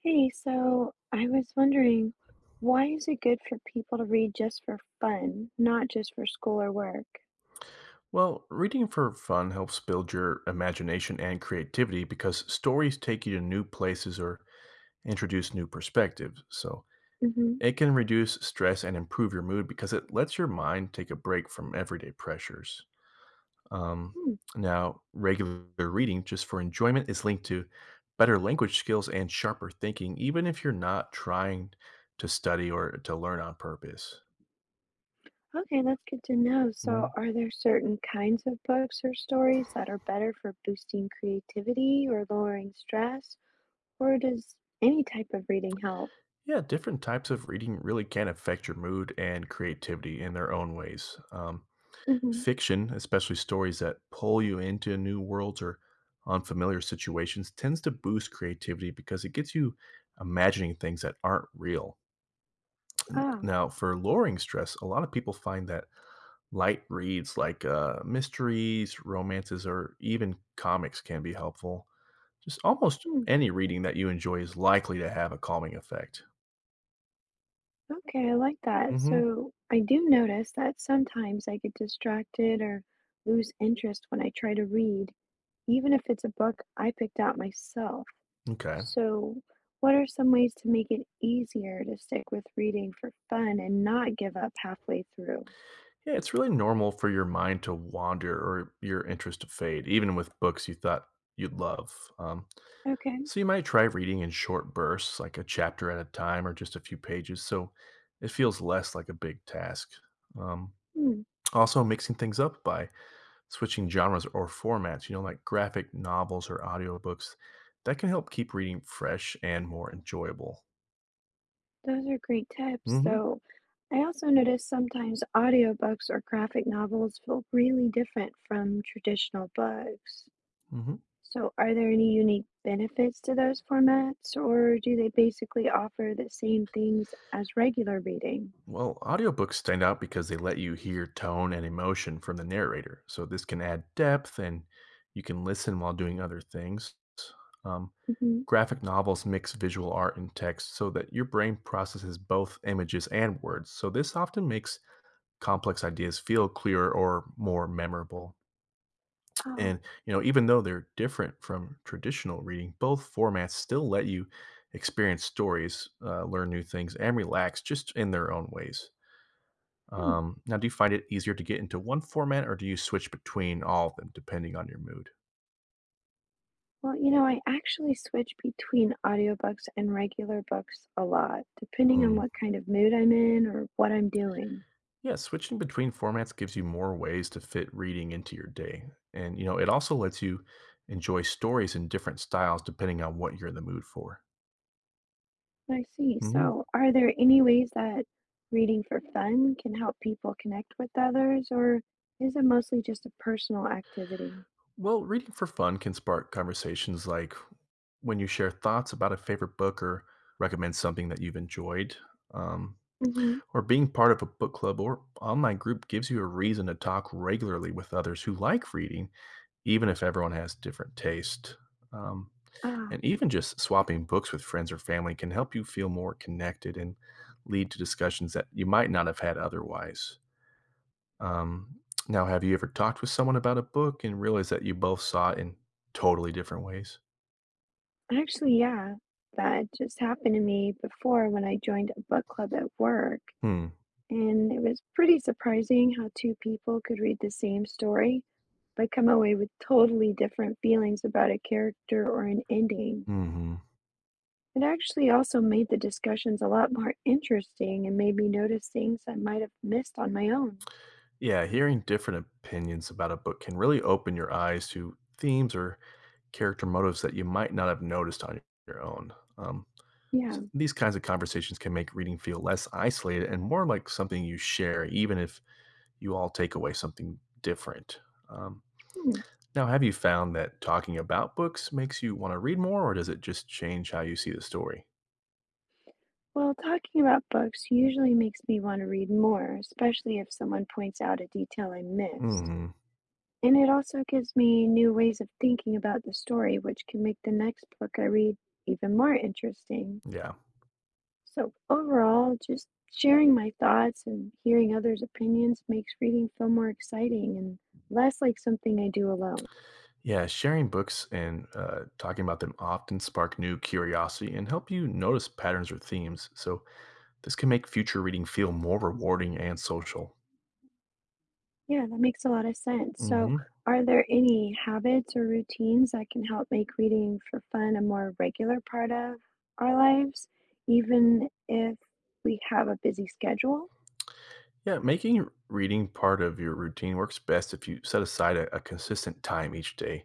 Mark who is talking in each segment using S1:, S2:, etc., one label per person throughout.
S1: Hey, so I was wondering, why is it good for people to read just for fun, not just for school or work?
S2: Well, reading for fun helps build your imagination and creativity because stories take you to new places or introduce new perspectives. So
S1: Mm-hmm.
S2: it can reduce stress and improve your mood because it lets your mind take a break from everyday pressures. Um,
S1: Hmm.
S2: Now, regular reading just for enjoyment is linked to better language skills and sharper thinking, even if you're not trying to study or to learn on purpose.
S1: Okay, that's good to know. So, are there certain kinds of books or stories that are better for boosting creativity or lowering stress, or does any type of reading help?
S2: Yeah, different types of reading really can affect your mood and creativity in their own ways.
S1: Mm-hmm.
S2: Fiction, especially stories that pull you into new worlds or unfamiliar situations, tends to boost creativity because it gets you imagining things that aren't real.
S1: Ah,
S2: Now, for lowering stress, a lot of people find that light reads like mysteries, romances, or even comics can be helpful. Just almost
S1: hmm.
S2: any reading that you enjoy is likely to have a calming effect.
S1: Okay, I like that.
S2: hmm
S1: So, I do notice that sometimes I get distracted or lose interest when I try to read. Even if it's a book I picked out myself.
S2: Okay.
S1: So, what are some ways to make it easier to stick with reading for fun and not give up halfway through?
S2: Yeah, it's really normal for your mind to wander or your interest to fade, even with books you thought you'd love. Um,
S1: Okay,
S2: so you might try reading in short bursts, like a chapter at a time or just a few pages, so it feels less like a big task. Um,
S1: hmm,
S2: Also, mixing things up by switching genres or formats, you know, like graphic novels or audiobooks, that can help keep reading fresh and more enjoyable.
S1: those are great tips.
S2: hmm
S1: So, I also notice sometimes audiobooks or graphic novels feel really different from traditional books.
S2: hmm
S1: So, are there any unique benefits to those formats, or do they basically offer the same things as regular reading?
S2: Well, audiobooks stand out because they let you hear tone and emotion from the narrator. So this can add depth and you can listen while doing other things. Um,
S1: Hmm.
S2: Graphic novels mix visual art and text so that your brain processes both images and words. So this often makes complex ideas feel clearer or more memorable.
S1: Oh,
S2: And you know, even though they're different from traditional reading, both formats still let you experience stories, learn new things, and relax just in their own ways.
S1: hmm.
S2: Now, do you find it easier to get into one format or do you switch between all of them depending on your mood?
S1: Well, I actually switch between audiobooks and regular books a lot, depending on
S2: Mm.
S1: what kind of mood I'm in or what I'm doing.
S2: Yeah, switching between formats gives you more ways to fit reading into your day. And, you know, it also lets you enjoy stories in different styles depending on what you're in the mood for.
S1: I see.
S2: hmm
S1: So, are there any ways that reading for fun can help people connect with others, or is it mostly just a personal activity?
S2: Well, reading for fun can spark conversations like when you share thoughts about a favorite book or recommend something that you've enjoyed. Um,
S1: Hmm.
S2: Or being part of a book club or online group gives you a reason to talk regularly with others who like reading, even if everyone has different taste. Um,
S1: Ah,
S2: and even just swapping books with friends or family can help you feel more connected and lead to discussions that you might not have had otherwise. Um, Now, have you ever talked with someone about a book and realized that you both saw it in totally different ways?
S1: actually, yeah, that just happened to me before when I joined a book club at work.
S2: Hmm.
S1: And it was pretty surprising how two people could read the same story but come away with totally different feelings about a character or an ending.
S2: Hmm.
S1: It actually also made the discussions a lot more interesting and made me notice things I might have missed on my own.
S2: Yeah, hearing different opinions about a book can really open your eyes to themes or character motives that you might not have noticed on your own.
S1: Yeah.
S2: So these kinds of conversations can make reading feel less isolated and more like something you share, even if you all take away something different. Um,
S1: Hmm.
S2: Now, have you found that talking about books makes you want to read more, or does it just change how you see the story?
S1: Well, talking about books usually makes me want to read more, especially if someone points out a detail I missed.
S2: hmm
S1: And it also gives me new ways of thinking about the story, which can make the next book I read even more interesting.
S2: Yeah.
S1: So, overall, just sharing my thoughts and hearing others' opinions makes reading feel more exciting and less like something I do alone.
S2: Yeah, sharing books and talking about them often spark new curiosity and help you notice patterns or themes. So, this can make future reading feel more rewarding and social.
S1: Yeah, that makes a lot of sense. So,
S2: Mm-hmm.
S1: are there any habits or routines that can help make reading for fun a more regular part of our lives, even if we have a busy schedule?
S2: Yeah, making reading part of your routine works best if you set aside a consistent time each day,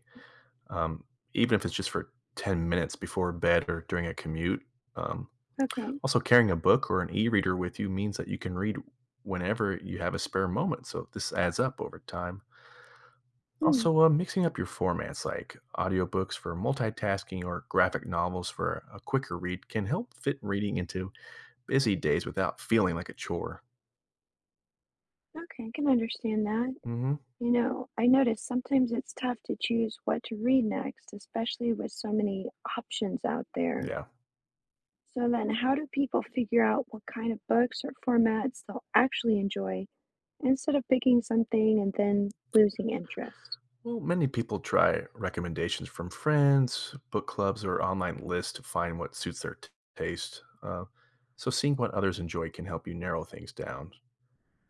S2: um, even if it's just for 10 minutes before bed or during a commute. Um,
S1: Okay.
S2: Also, carrying a book or an e reader with you means that you can read whenever you have a spare moment. So, this adds up over time.
S1: Hmm.
S2: Also, mixing up your formats like audiobooks for multitasking or graphic novels for a quicker read can help fit reading into busy days without feeling like a chore.
S1: Okay, I can understand that.
S2: hmm
S1: I notice sometimes it's tough to choose what to read next, especially with so many options out there.
S2: Yeah.
S1: So then, how do people figure out what kind of books or formats they'll actually enjoy instead of picking something and then losing interest?
S2: Well, many people try recommendations from friends, book clubs, or online lists to find what suits their taste. So, seeing what others enjoy can help you narrow things down.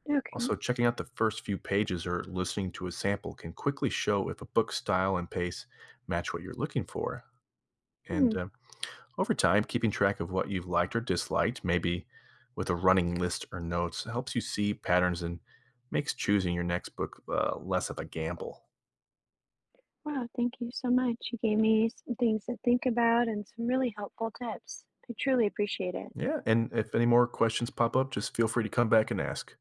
S1: Okay.
S2: Also, checking out the first few pages or listening to a sample can quickly show if a book's style and pace match what you're looking for. And
S1: Hmm.
S2: over time, keeping track of what you've liked or disliked, maybe with a running list or notes, helps you see patterns and makes choosing your next book less of a gamble.
S1: Wow, thank you so much. You gave me some things to think about and some really helpful tips. I truly appreciate it.
S2: Yeah, and if any more questions pop up, just feel free to come back and ask.